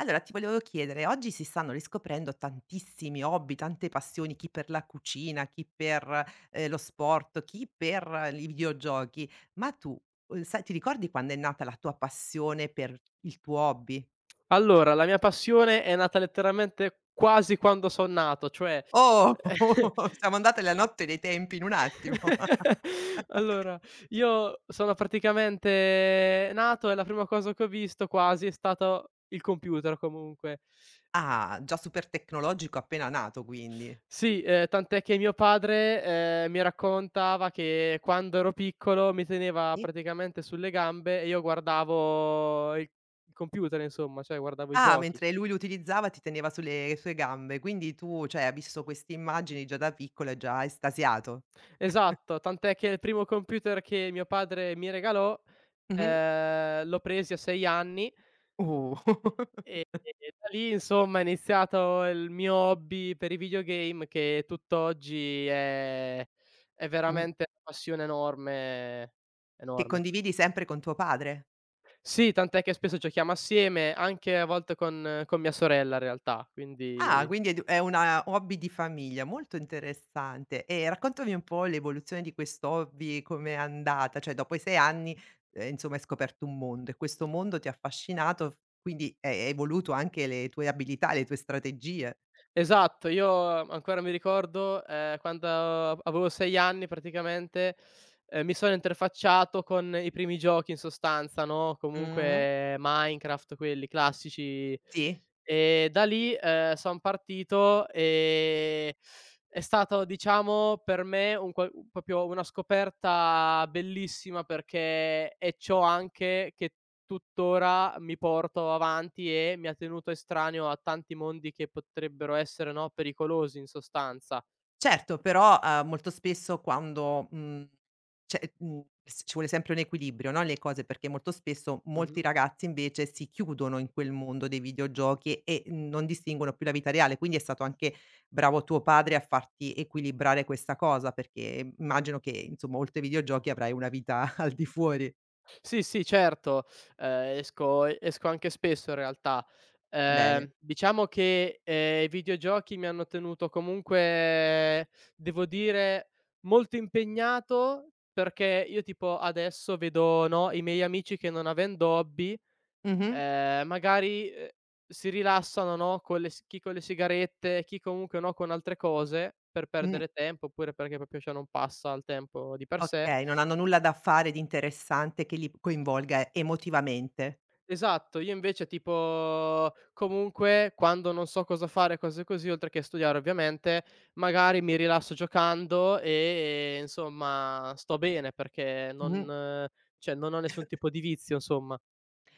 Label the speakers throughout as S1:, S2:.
S1: Allora ti volevo chiedere, oggi si stanno riscoprendo tantissimi hobby, tante passioni, chi per la cucina, chi per, lo sport, chi per i videogiochi, ma tu, sai ti ricordi quando è nata la tua passione per il tuo hobby?
S2: Allora, la mia passione è nata letteralmente quasi quando son nato, cioè.
S1: Oh, siamo andate alla notte dei tempi in un attimo.
S2: Allora, io sono praticamente nato e la prima cosa che ho visto quasi è stato il computer comunque.
S1: Ah, già super tecnologico appena nato quindi.
S2: Sì, tant'è che mio padre, mi raccontava che quando ero piccolo mi teneva
S1: Sì?
S2: praticamente sulle gambe e io guardavo il computer insomma, cioè guardavo i
S1: Ah,
S2: giochi.
S1: mentre lui lo utilizzava ti teneva sulle sue gambe, quindi tu, cioè, hai visto queste immagini già da piccolo e già estasiato.
S2: Esatto, tant'è che il primo computer che mio padre mi regalò,
S1: Mh-mh.
S2: l'ho presi a 6 anni
S1: Oh.
S2: e e da lì insomma è iniziato il mio hobby per i videogame che tutt'oggi è
S1: Mh,
S2: veramente una passione enorme,
S1: che
S2: enorme.
S1: condividi sempre con tuo padre.
S2: Sì, tant'è che spesso giochiamo assieme, anche a volte con mia sorella in realtà,
S1: Ah,
S2: quindi
S1: quindi è una hobby di famiglia, molto interessante. E raccontami un po' l'evoluzione di quest'hobby, com'è andata, cioè dopo i 6 anni, insomma hai scoperto un mondo e questo mondo ti ha affascinato, f quindi hai evoluto anche le tue abilità, le tue strategie.
S2: esatto, io ancora mi ricordo, quando avevo 6 anni praticamente, mi sono interfacciato con i primi giochi in sostanza, no,
S1: Mh-mh.
S2: comunque Minecraft, quelli classici,
S1: Sì.
S2: e da lì, son partito, è stato diciamo per me un qual proprio una scoperta bellissima perché è ciò anche che tuttora mi porto avanti e mi ha tenuto estraneo a tanti mondi che potrebbero essere, no, pericolosi in sostanza.
S1: Certo, però, molto spesso quando, mhmm, cioè, mhmm, s ci vuole sempre un equilibrio, no, le cose, perché molto spesso molti
S2: Mh-mh.
S1: ragazzi invece si chiudono in quel mondo dei videogiochi e mhmm, non distinguono più la vita reale. Quindi è stato anche bravo tuo padre a farti equilibrare questa cosa, perché immagino che, insomma, oltre ai videogiochi avrai una vita al di fuori.
S2: Sì, sì, certo, esco anche spesso in realtà.
S1: Bene.
S2: Diciamo che, i videogiochi mi hanno tenuto comunque, devo dire, molto impegnato perché io tipo adesso vedo, no, i miei amici che non avendo hobby
S1: Mh-mh.
S2: Magari, si rilassano, no, con le s chi con le sigarette, chi comunque, no, con altre cose per
S1: Mh,
S2: perdere tempo, oppure perché proprio cioè non passa il tempo di per sé.
S1: okay, non hanno nulla da fare di interessante che li coinvolga emotivamente.
S2: Esatto, io invece tipo comunque quando non so cosa fare, cose così, oltre che studiare ovviamente, magari mi rilasso giocando e insomma sto bene perché
S1: Mh-mh.
S2: non cioè non ho nessun tipo di vizio, insomma.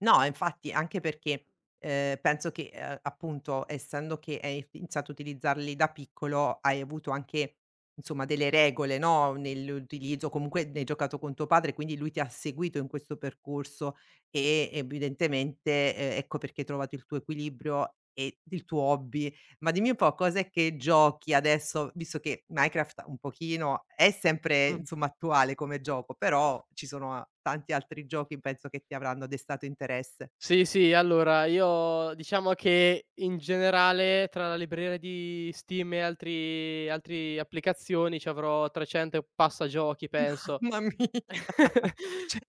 S1: No, infatti anche perché, penso che, appunto essendo che hai iniziato a utilizzarli da piccolo, hai avuto anche insomma delle regole, no, nell'utilizzo, comunque ne hai giocato con tuo padre, quindi lui ti ha seguito in questo percorso e evidentemente, ecco perché hai trovato il tuo equilibrio e il tuo hobby, ma dimmi un po' cos'è che giochi adesso, visto che Minecraft un pochino è sempre, insomma, attuale come gioco, però ci sono a tanti altri giochi penso che ti avranno destato interesse.
S2: Sì, sì, allora io diciamo che in generale tra la libreria di Steam e altri applicazioni ci avrò 300 e passa giochi penso.
S1: Mamma mia! Cioè,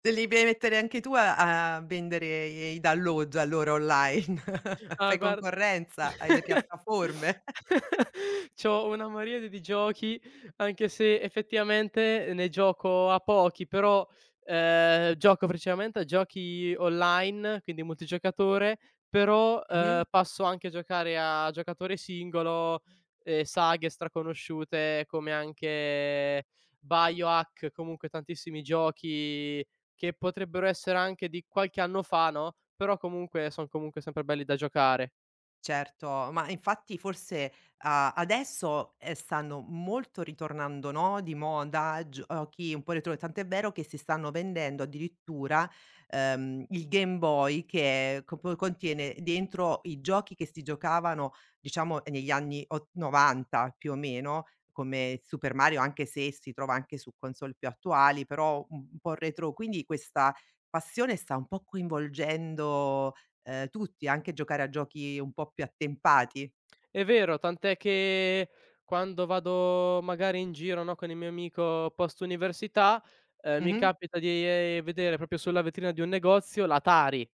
S1: te li devi mettere anche tu a vendere i download allora online.
S2: Ah
S1: Fai
S2: guard
S1: concorrenza alle piattaforme.
S2: c'ho una miriade di giochi, anche se effettivamente ne gioco a pochi, però, gioco principalmente a giochi online, quindi multigiocatore, però,
S1: Mh-mh.
S2: passo anche a giocare a giocatore singolo, saghe straconosciute come anche BioHack, comunque tantissimi giochi che potrebbero essere anche di qualche anno fa, no, però comunque son comunque sempre belli da giocare.
S1: Certo, ma infatti forse, a adesso, stanno molto ritornando, no, di moda giochi un po' retro, tant'è vero che si stanno vendendo addirittura, il Game Boy che co po contiene dentro i giochi che si giocavano, diciamo, negli anni ott 90 più o meno, come Super Mario, anche se si trova anche su console più attuali, però un po' retro. Quindi questa passione sta un po' coinvolgendo tutti, anche giocare a giochi un po' più attempati.
S2: È vero, tant'è che quando vado magari in giro, no, con il mio amico post università, mi
S1: Mh-mh.
S2: capita di, vedere proprio sulla vetrina di un negozio l'Atari.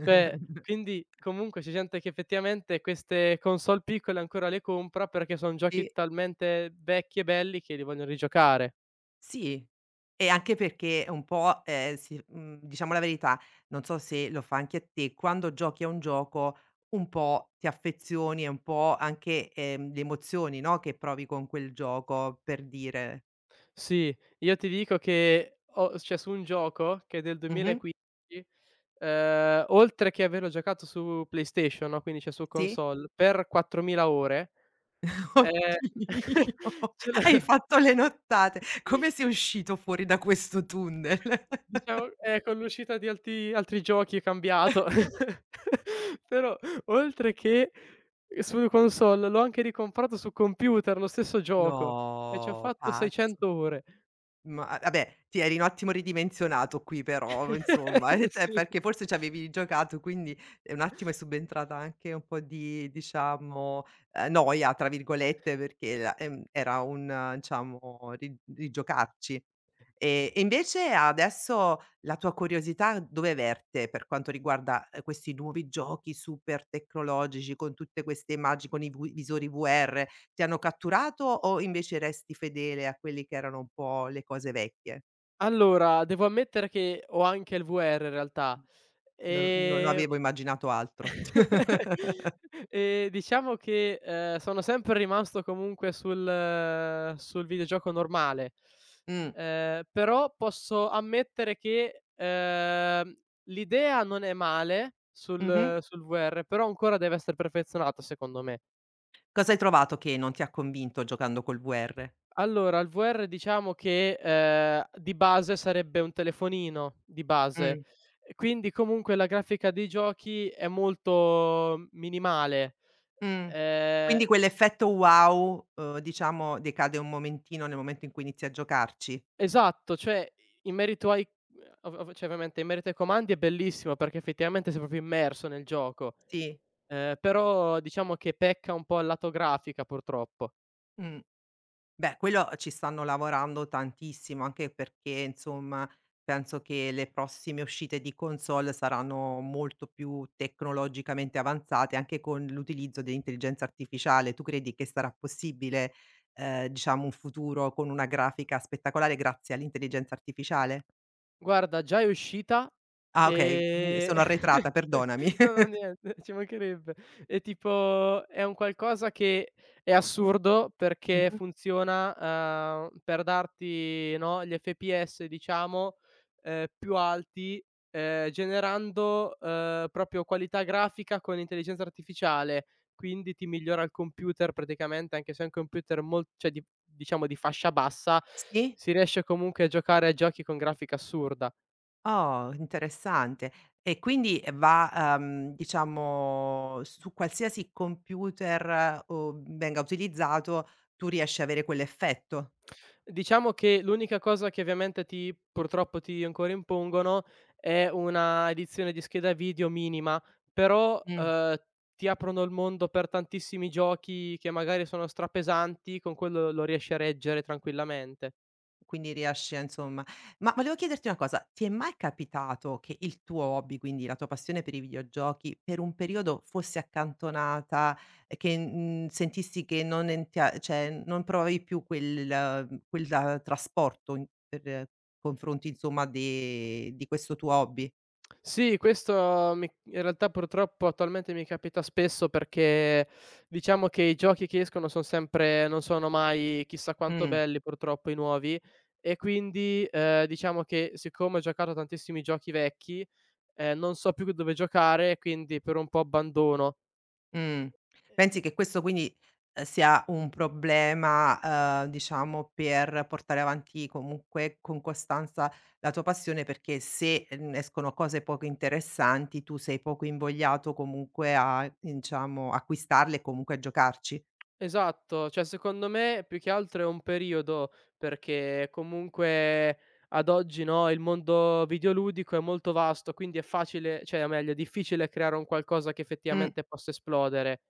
S2: Cioè, quindi comunque c'è gente che effettivamente queste console piccole ancora le compra perché son giochi
S1: Sì,
S2: talmente vecchi e belli che li vogliono rigiocare.
S1: sì. E anche perché un po', si mhmm, diciamo la verità, non so se lo fa anche a te, quando giochi a un gioco un po' ti affezioni e un po' anche, le emozioni, no, che provi con quel gioco, per dire.
S2: Sì, io ti dico che ho cioè su un gioco che è del
S1: Mh-mh.
S2: 2015, oltre che averlo giocato su PlayStation, no, quindi cioè su
S1: Sì?
S2: console, per 4000 ore, ehm,
S1: Oddio,
S2: ce l'ho
S1: hai fatto le nottate. Come sei uscito fuori da questo tunnel?
S2: diciamo, con l'uscita di alti altri giochi è cambiato, però oltre che su console, l'ho anche ricomprato su computer, lo stesso gioco, e ci ho
S1: No,
S2: fatto
S1: pazzo.
S2: 600 ore.
S1: Ma, vabbè, ti eri un attimo ridimensionato qui però insomma, cioè
S2: Sì.
S1: perché forse c'avevi giocato, quindi, un attimo è subentrata anche un po' di diciamo, "noia" tra virgolette perché la era un diciamo ri rigiocarci. E invece adesso la tua curiosità dove verte per quanto riguarda, questi nuovi giochi super tecnologici con tutte queste immagini, con i vu visori VR? Ti hanno catturato o invece resti fedele a quelli che erano un po' le cose vecchie?
S2: Allora, devo ammettere che ho anche il VR in realtà.
S1: Non
S2: Ehm,
S1: avevo immaginato altro.
S2: diciamo che, sono sempre rimasto comunque sul videogioco normale,
S1: Mh,
S2: però posso ammettere che, l'idea non è male
S1: mh-mh.
S2: sul VR, però ancora deve essere perfezionata secondo me.
S1: Cosa hai trovato che non ti ha convinto giocando col VR?
S2: Allora, il VR diciamo che, di base sarebbe un telefonino, di base.
S1: Mh,
S2: E quindi comunque la grafica dei giochi è molto minimale.
S1: mh.
S2: Ehm,
S1: Quindi quell'effetto wow, diciamo decade un momentino nel momento in cui inizi a giocarci?
S2: esatto, cioè in merito ai ov ov cioè ovviamente in merito ai comandi è bellissimo perché effettivamente sei proprio immerso nel gioco,
S1: Sì,
S2: però diciamo che pecca un po' al lato grafica purtroppo.
S1: mh. Beh, quello ci stanno lavorando tantissimo, anche perché insomma penso che le prossime uscite di console saranno molto più tecnologicamente avanzate, anche con l'utilizzo dell'intelligenza artificiale. Tu credi che sarà possibile, diciamo, un futuro con una grafica spettacolare grazie all'intelligenza artificiale?
S2: Guarda, già è uscita,
S1: Ah, okay, mhmm,
S2: ehm
S1: sono arretrata, perdonami.
S2: no, no, niente, ci mancherebbe. È un qualcosa che è assurdo perché
S1: Mh-mh.
S2: funziona, per darti, no, gli FPS diciamo, più alti, generando, proprio qualità grafica con intelligenza artificiale, quindi ti migliora il computer praticamente, anche se è un computer mol cioè di diciamo di fascia bassa,
S1: Sì?
S2: si riesce comunque a giocare a giochi con grafica assurda.
S1: Oh, interessante. E quindi va, diciamo, su qualsiasi computer o venga utilizzato, tu riesci a avere quell'effetto?
S2: Diciamo che l'unica cosa che ovviamente ti purtroppo ti ancora impongono è una edizione di scheda video minima, però, ti aprono il mondo per tantissimi giochi che magari sono strapesanti, con quello lo riesci a reggere tranquillamente.
S1: Quindi riesci a insomma ma volevo chiederti una cosa, ti è mai capitato che il tuo hobby, quindi la tua passione per i videogiochi, per un periodo fosse accantonata, e che, mhmm, sentissi che non entia cioè non provavi più quella trasporto in per confronti insomma de di questo tuo hobby?
S2: Sì, questo mi in realtà purtroppo attualmente mi capita spesso perché diciamo che i giochi che escono son sempre non sono mai chissà quanto
S1: Mh.
S2: belli purtroppo i nuovi, e quindi, diciamo che siccome ho giocato a tantissimi giochi vecchi, non so più dove giocare, quindi per un po' abbandono.
S1: Mh. Pensi che questo quindi, sia un problema, diciamo per portare avanti comunque con costanza la tua passione, perché se, mhmm, escono cose poco interessanti tu sei poco invogliato comunque a, diciamo, acquistarle e comunque a giocarci.
S2: Esatto, cioè secondo me più che altro è un periodo, perché comunque ad oggi, no, il mondo videoludico è molto vasto, quindi è facile cioè o meglio è difficile creare un qualcosa che
S1: Mh.
S2: effettivamente possa esplodere.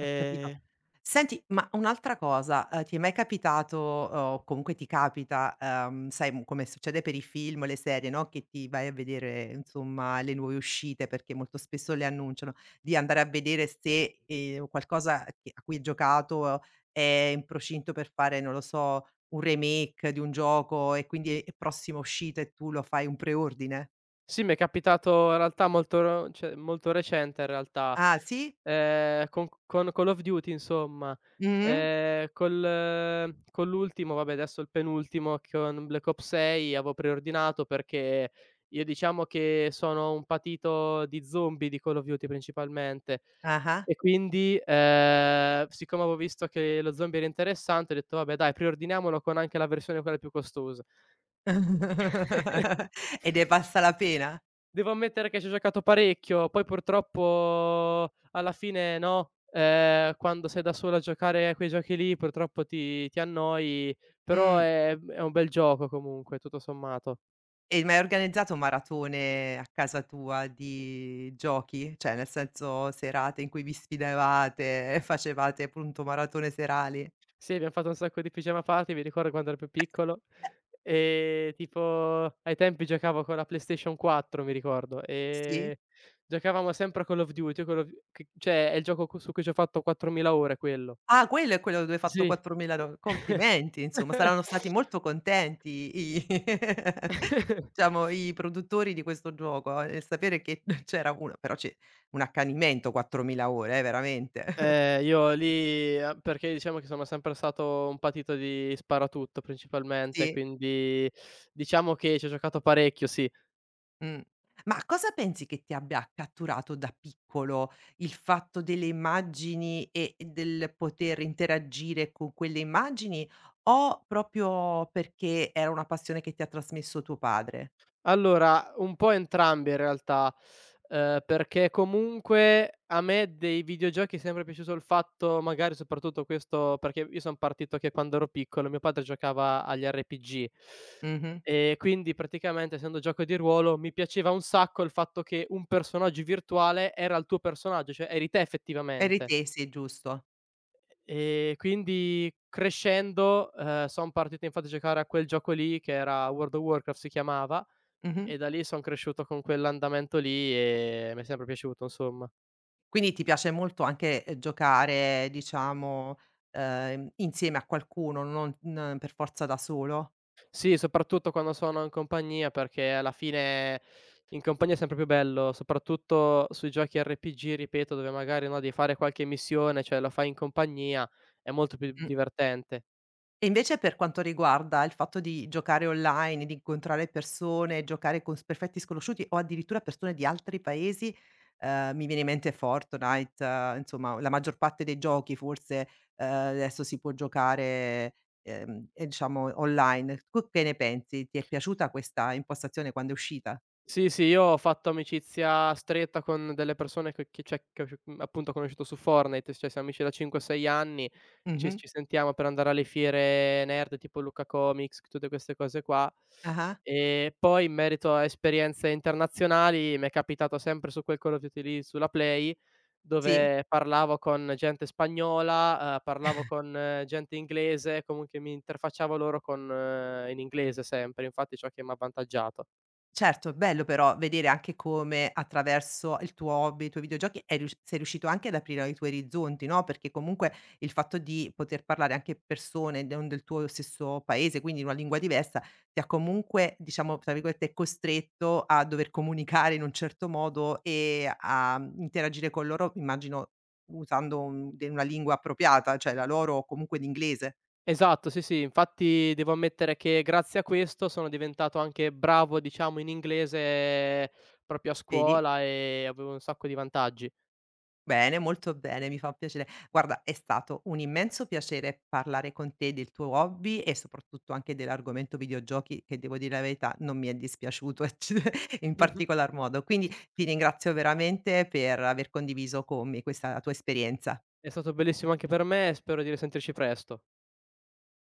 S1: Ho capito. Senti, ma un'altra cosa, ti è mai capitato, o comunque ti capita, sai, mhmm, come succede per i film, le serie, no, che ti vai a vedere, insomma, le nuove uscite perché molto spesso le annunciano, di andare a vedere se, qualcosa che a cui hai giocato è in procinto per fare, non lo so, un remake di un gioco e quindi è prossima uscita e tu lo fai un preordine?
S2: Sì, mi è capitato in realtà molto cioè molto recente in realtà,
S1: Ah, sì?
S2: con Call of Duty insomma,
S1: Mh-mh.
S2: col con l'ultimo, vabbè adesso il penultimo, con Black Ops 6 avevo preordinato perché io diciamo che sono un patito di zombie di Call of Duty principalmente,
S1: Ah-ah.
S2: e quindi, siccome avevo visto che lo zombie era interessante ho detto: "Vabbè dai preordiniamolo con anche la versione quella più costosa".
S1: E ne è valsa la pena?
S2: Devo ammettere che ci ho giocato parecchio, poi purtroppo alla fine no, quando sei da solo a giocare a quei giochi lì purtroppo ti annoi, però
S1: Mh.
S2: è un bel gioco comunque, tutto sommato.
S1: E ma hai organizzato maratone a casa tua di giochi? Cioè, nel senso serate in cui vi sfidavate e facevate appunto maratone serali?
S2: Sì, abbiam fatto un sacco di pigiama party, mi ricordo quando ero più piccolo, tipo ai tempi giocavo con la PlayStation 4 mi ricordo,
S1: Sì?
S2: giocavamo sempre a Call of Duty, Call of c cioè è il gioco cu su cui ci ho fatto 4000 ore quello.
S1: Ah, quello è quello dove hai fatto
S2: Sì.
S1: 4000 do complimenti insomma, saranno stati molto contenti i diciamo i produttori di questo gioco, nel sapere che c'era una però c'è un accanimento 4000 ore veramente.
S2: Io lì a perché diciamo che sono sempre stato un patito di sparatutto principalmente,
S1: Sì?
S2: quindi diciamo che ci ho giocato parecchio sì.
S1: Mh. Ma cosa pensi che ti abbia catturato da piccolo? Il fatto delle immagini e del poter interagire con quelle immagini o proprio perché era una passione che ti ha trasmesso tuo padre?
S2: Allora, un po' entrambe in realtà, perché comunque a me dei videogiochi è sempre piaciuto il fatto magari soprattutto questo perché io son partito che quando ero piccolo mio padre giocava agli RPG,
S1: Mh-mh.
S2: e quindi praticamente essendo gioco di ruolo mi piaceva un sacco il fatto che un personaggio virtuale era il tuo personaggio, cioè eri te
S1: Eri
S2: effettivamente.
S1: te, sì, giusto.
S2: E quindi crescendo, son partito infatti a giocare a quel gioco lì che era World of Warcraft si chiamava,
S1: Mh-mh.
S2: e da lì son cresciuto con quell'andamento lì e mi è sempre piaciuto insomma.
S1: Quindi ti piace molto anche, giocare diciamo, insieme a qualcuno, non n per forza da solo?
S2: Sì, soprattutto quando sono in compagnia perché alla fine in compagnia è sempre più bello, soprattutto sui giochi RPG, ripeto, dove magari, no, devi fare qualche missione, cioè lo fai in compagnia, è molto più
S1: Mh.
S2: divertente.
S1: E invece per quanto riguarda il fatto di giocare online, di incontrare persone, giocare con s perfetti sconosciuti o addirittura persone di altri paesi, mi viene in mente Fortnite, insomma la maggior parte dei giochi forse, adesso si può giocare, e diciamo online. Tu che ne pensi? Ti è piaciuta questa impostazione quando è uscita?
S2: Sì, sì, io ho fatto amicizia stretta con delle persone che cioè che ho mhmm, appunto ho conosciuto su Fortnite, cioè siamo amici da 5, 6 anni, ci
S1: Mh-mh.
S2: ci sentiamo per andare alle fiere nerd tipo Lucca Comics, tutte queste cose qua.
S1: Ah-ah.
S2: E poi in merito a esperienze internazionali, mi è capitato sempre su quel Call of Duty lì, sulla Play,
S1: Sì.
S2: dove parlavo con gente spagnola, parlavo con gente inglese, comunque mi interfacciavo loro con in inglese sempre, infatti ciò che m'ha avvantaggiato.
S1: Certo, è bello però vedere anche come attraverso il tuo hobby, i tuoi videogiochi è rius sei riuscito anche ad aprire i tuoi orizzonti, no, perché comunque il fatto di poter parlare anche persone non del tuo stesso paese, quindi in una lingua diversa, ti ha comunque diciamo, tra virgolette, "costretto" a dover comunicare in un certo modo e a mhmm, interagire con loro, immagino usando un de una lingua appropriata, cioè la loro o comunque l'inglese,
S2: Esatto, sì, sì. Infatti devo ammettere che grazie a questo sono diventato anche bravo, diciamo, in inglese proprio a
S1: vedi?
S2: scuola e avevo un sacco di vantaggi.
S1: Bene, molto bene, mi fa piacere. Guarda, è stato un immenso piacere parlare con te del tuo hobby e soprattutto anche dell'argomento videogiochi che devo dire la verità non mi è dispiaciuto in
S2: Mh-mh.
S1: particolar modo. Quindi ti ringrazio veramente per aver condiviso con me questa tua esperienza.
S2: È stato bellissimo anche per me e spero di risentirci presto.